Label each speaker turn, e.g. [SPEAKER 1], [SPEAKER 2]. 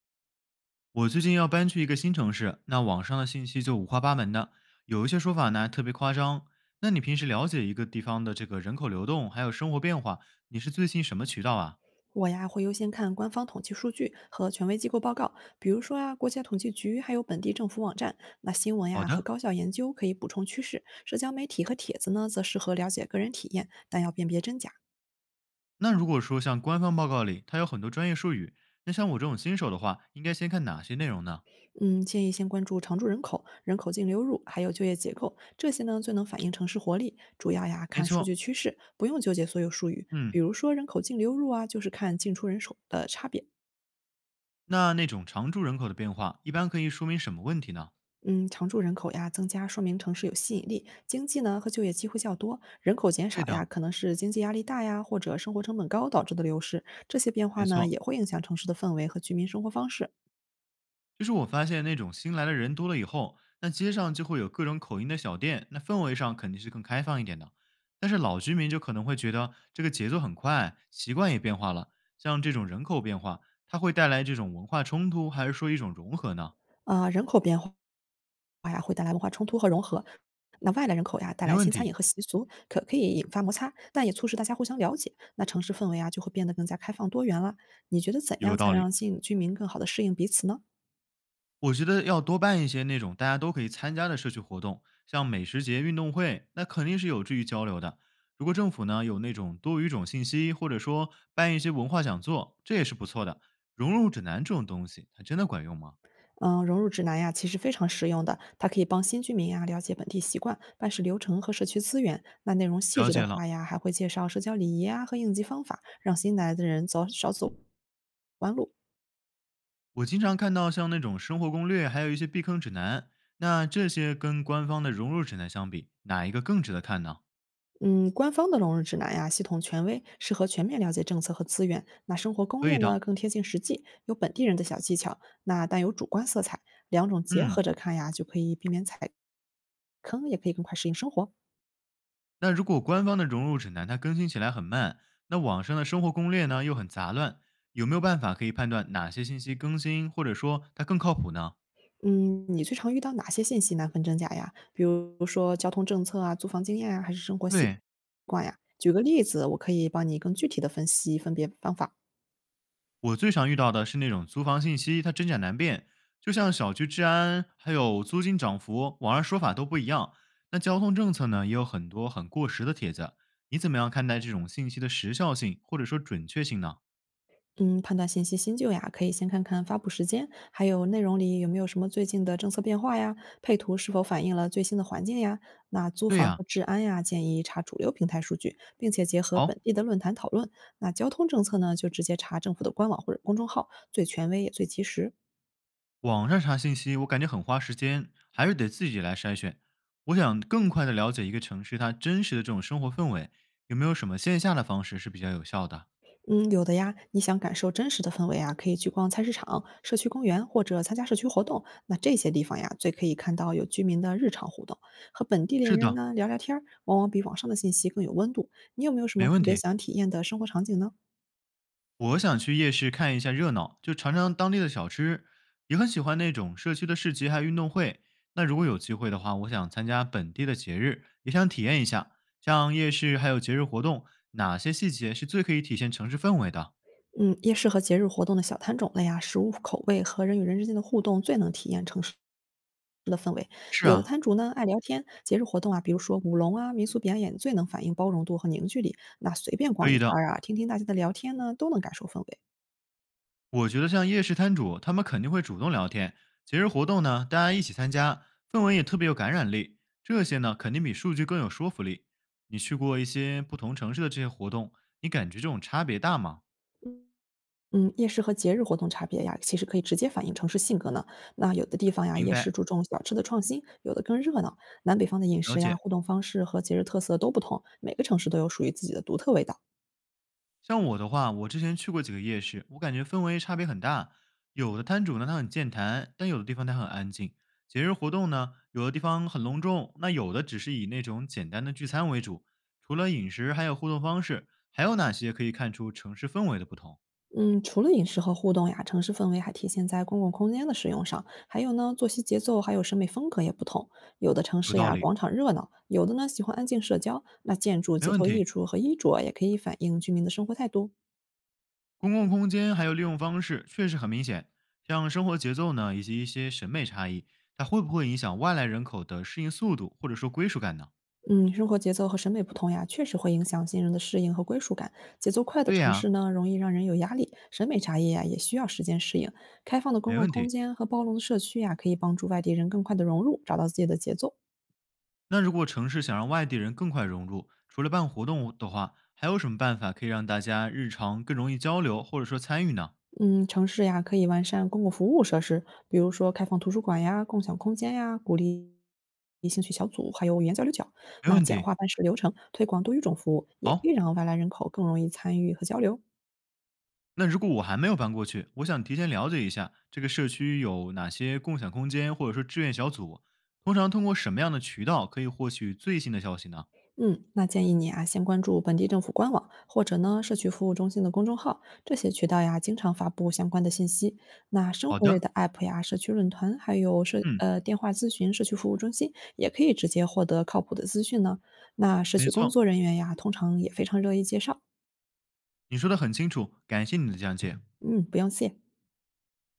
[SPEAKER 1] 我最近要搬去一个新城市，那网上的信息就五花八门的，有一些说法呢特别夸张。那你平时了解一个地方的这个人口流动还有生活变化，你是最近什么渠道啊？
[SPEAKER 2] 我呀会优先看官方统计数据和权威机构报告，比如说啊国家统计局还有本地政府网站。那新闻
[SPEAKER 1] 好
[SPEAKER 2] 呀和
[SPEAKER 1] 的，
[SPEAKER 2] 高校研究可以补充趋势，社交媒体和帖子呢则适合了解个人体验，但要辨别真假。
[SPEAKER 1] 那如果说像官方报告里它有很多专业术语，那像我这种新手的话，应该先看哪些内容呢？
[SPEAKER 2] 嗯，建议先关注常住人口、人口净流入还有就业结构，这些呢最能反映城市活力。主要呀
[SPEAKER 1] 没
[SPEAKER 2] 看数据
[SPEAKER 1] 错，
[SPEAKER 2] 趋势，不用纠结所有术语。
[SPEAKER 1] 嗯，
[SPEAKER 2] 比如说人口净流入啊，就是看进出人手的差别。
[SPEAKER 1] 那那种常住人口的变化，一般可以说明什么问题呢？
[SPEAKER 2] 嗯，常住人口呀增加，说明城市有吸引力，经济呢和就业机会较多。人口减少
[SPEAKER 1] 对的，
[SPEAKER 2] 呀，可能是经济压力大呀，或者生活成本高导致的流失。这些变化
[SPEAKER 1] 没
[SPEAKER 2] 呢，也
[SPEAKER 1] 错。
[SPEAKER 2] 会影响城市的氛围和居民生活方式。
[SPEAKER 1] 就是我发现那种新来的人多了以后，那街上就会有各种口音的小店，那氛围上肯定是更开放一点的。但是老居民就可能会觉得这个节奏很快，习惯也变化了。像这种人口变化，它会带来这种文化冲突，还是说一种融合呢？
[SPEAKER 2] 啊、人口变化呀，会带来文化冲突和融合。那外来人口呀，带
[SPEAKER 1] 没
[SPEAKER 2] 来
[SPEAKER 1] 问
[SPEAKER 2] 新餐
[SPEAKER 1] 题，
[SPEAKER 2] 饮和习俗，可以引发摩擦，但也促使大家互相了解。那城市氛围啊，就会变得更加开放多元了。你觉得怎
[SPEAKER 1] 有
[SPEAKER 2] 样才
[SPEAKER 1] 道
[SPEAKER 2] 能
[SPEAKER 1] 理。
[SPEAKER 2] 让新居民更好的适应彼此呢？
[SPEAKER 1] 我觉得要多办一些那种大家都可以参加的社区活动，像美食节、运动会，那肯定是有助于交流的。如果政府呢有那种多语种信息，或者说办一些文化讲座，这也是不错的。融入指南这种东西，它真的管用吗？
[SPEAKER 2] 嗯，融入指南呀，其实非常实用的，它可以帮新居民呀了解本地习惯、办事流程和社区资源。那内容细
[SPEAKER 1] 了
[SPEAKER 2] 致的
[SPEAKER 1] 解了，
[SPEAKER 2] 话呀，还会介绍社交礼仪啊和应急方法，让新来的人走少走弯路。
[SPEAKER 1] 我经常看到像那种生活攻略，还有一些避坑指南，那这些跟官方的融入指南相比，哪一个更值得看呢？
[SPEAKER 2] 嗯，官方的融入指南呀，系统权威，适合全面了解政策和资源。那生活攻
[SPEAKER 1] 可
[SPEAKER 2] 略
[SPEAKER 1] 以的，
[SPEAKER 2] 呢，更贴近实际，有本地人的小技巧，那但有主观色彩，两种结
[SPEAKER 1] 嗯。
[SPEAKER 2] 合着看呀，就可以避免踩坑，也可以更快适应生活。
[SPEAKER 1] 那如果官方的融入指南它更新起来很慢，那网上的生活攻略呢又很杂乱，有没有办法可以判断哪些信息更新或者说它更靠谱呢？
[SPEAKER 2] 嗯，你最常遇到哪些信息难分真假呀？比如说交通政策啊、租房经验啊，还是生活习
[SPEAKER 1] 对
[SPEAKER 2] 惯呀？举个例子，我可以帮你更具体的分析分别方法。
[SPEAKER 1] 我最常遇到的是那种租房信息，它真假难辨，就像小区治安还有租金涨幅，网上说法都不一样。那交通政策呢也有很多很过时的帖子，你怎么样看待这种信息的时效性或者说准确性呢？
[SPEAKER 2] 嗯，判断信息新旧呀，可以先看看发布时间，还有内容里有没有什么最近的政策变化呀，配图是否反映了最新的环境呀。那租
[SPEAKER 1] 对
[SPEAKER 2] 房
[SPEAKER 1] 呀、
[SPEAKER 2] 和治安呀，建议查主流平台数据，并且结合
[SPEAKER 1] 好。
[SPEAKER 2] 本地的论坛讨论。那交通政策呢，就直接查政府的官网或者公众号，最权威也最及时。
[SPEAKER 1] 网上查信息，我感觉很花时间，还是得自己来筛选。我想更快的了解一个城市它真实的这种生活氛围，有没有什么线下的方式是比较有效的？
[SPEAKER 2] 嗯，有的呀。你想感受真实的氛围啊，可以去逛菜市场、社区公园或者参加社区活动。那这些地方呀，最可以看到有居民的日常互动，和本地邻
[SPEAKER 1] 是
[SPEAKER 2] 人
[SPEAKER 1] 的，
[SPEAKER 2] 呢聊聊天儿，往往比网上的信息更有温度。你有没有什
[SPEAKER 1] 没
[SPEAKER 2] 么
[SPEAKER 1] 问
[SPEAKER 2] 特别
[SPEAKER 1] 题。
[SPEAKER 2] 想体验的生活场景呢？
[SPEAKER 1] 我想去夜市看一下热闹，就尝尝当地的小吃，也很喜欢那种社区的市集还有运动会。那如果有机会的话，我想参加本地的节日，也想体验一下，像夜市还有节日活动，哪些细节是最可以体现城市氛围的？
[SPEAKER 2] 嗯，夜市和节日活动的小摊种类啊，食物口味和人与人之间的互动最能体验城市的氛围。
[SPEAKER 1] 是
[SPEAKER 2] 有的
[SPEAKER 1] 啊，
[SPEAKER 2] 摊主呢爱聊天，节日活动啊，比如说舞龙啊、民俗表演，最能反映包容度和凝聚力。那随便
[SPEAKER 1] 可
[SPEAKER 2] 逛一
[SPEAKER 1] 以
[SPEAKER 2] 圈
[SPEAKER 1] 的。
[SPEAKER 2] 儿啊，听听大家的聊天呢，都能感受氛围。
[SPEAKER 1] 我觉得像夜市摊主，他们肯定会主动聊天。节日活动呢，大家一起参加，氛围也特别有感染力。这些呢，肯定比数据更有说服力。你去过一些不同城市的这些活动，你感觉这种差别大吗？
[SPEAKER 2] 嗯，夜市和节日活动差别呀，其实可以直接反映城市性格呢。那有的地方呀，
[SPEAKER 1] 明
[SPEAKER 2] 夜市
[SPEAKER 1] 白，
[SPEAKER 2] 注重小吃的创新，有的更热闹。南北方的饮
[SPEAKER 1] 了
[SPEAKER 2] 食呀、
[SPEAKER 1] 解。
[SPEAKER 2] 互动方式和节日特色都不同，每个城市都有属于自己的独特味道。
[SPEAKER 1] 像我的话，我之前去过几个夜市，我感觉氛围差别很大。有的摊主呢，他很健谈，但有的地方他很安静。节日活动呢，有的地方很隆重，那有的只是以那种简单的聚餐为主。除了饮食，还有互动方式，还有哪些可以看出城市氛围的不同？
[SPEAKER 2] 嗯，除了饮食和互动呀，城市氛围还体现在公共空间的使用上，还有呢，作息节奏还有审美风格也不同。有的城
[SPEAKER 1] 有
[SPEAKER 2] 市
[SPEAKER 1] 道
[SPEAKER 2] 呀，
[SPEAKER 1] 理，
[SPEAKER 2] 广场热闹；有的呢，喜欢安静社交。那建筑、
[SPEAKER 1] 没
[SPEAKER 2] 街
[SPEAKER 1] 问
[SPEAKER 2] 头艺
[SPEAKER 1] 题。
[SPEAKER 2] 术和衣着也可以反映居民的生活态度。
[SPEAKER 1] 公共空间还有利用方式确实很明显，像生活节奏呢，以及一些审美差异，它会不会影响外来人口的适应速度或者说归属感呢？
[SPEAKER 2] 嗯，生活节奏和审美不同呀，确实会影响新人的适应和归属感。节奏快的
[SPEAKER 1] 对
[SPEAKER 2] 城
[SPEAKER 1] 呀、
[SPEAKER 2] 市呢，容易让人有压力；审美差异呀，也需要时间适应。开放的公
[SPEAKER 1] 没
[SPEAKER 2] 共
[SPEAKER 1] 问
[SPEAKER 2] 空
[SPEAKER 1] 题。
[SPEAKER 2] 间和包容的社区呀，可以帮助外地人更快的融入，找到自己的节奏。
[SPEAKER 1] 那如果城市想让外地人更快融入，除了办活动的话，还有什么办法可以让大家日常更容易交流或者说参与呢？
[SPEAKER 2] 嗯，城市呀，可以完善公共服务设施，比如说开放图书馆呀、共享空间呀，鼓励兴趣小组，还有语言交流角。
[SPEAKER 1] 没
[SPEAKER 2] 那
[SPEAKER 1] 问
[SPEAKER 2] 简
[SPEAKER 1] 题。
[SPEAKER 2] 化办事流程，推广多语种服务，也可以
[SPEAKER 1] 好，
[SPEAKER 2] 让外来人口更容易参与和交流。
[SPEAKER 1] 那如果我还没有搬过去，我想提前了解一下这个社区有哪些共享空间或者说志愿小组，通常通过什么样的渠道可以获取最新的消息呢？
[SPEAKER 2] 嗯，那建议你啊，先关注本地政府官网，或者呢社区服务中心的公众号，这些渠道呀经常发布相关的信息。那生
[SPEAKER 1] 好
[SPEAKER 2] 活类
[SPEAKER 1] 的，
[SPEAKER 2] 的 app 呀、社区论坛，还有
[SPEAKER 1] 嗯，
[SPEAKER 2] 电话咨询社区服务中心，也可以直接获得靠谱的资讯呢。那社
[SPEAKER 1] 没
[SPEAKER 2] 区工
[SPEAKER 1] 错，
[SPEAKER 2] 作人员呀，通常也非常乐意介绍。
[SPEAKER 1] 你说的很清楚，感谢你的讲解。
[SPEAKER 2] 嗯，不用谢。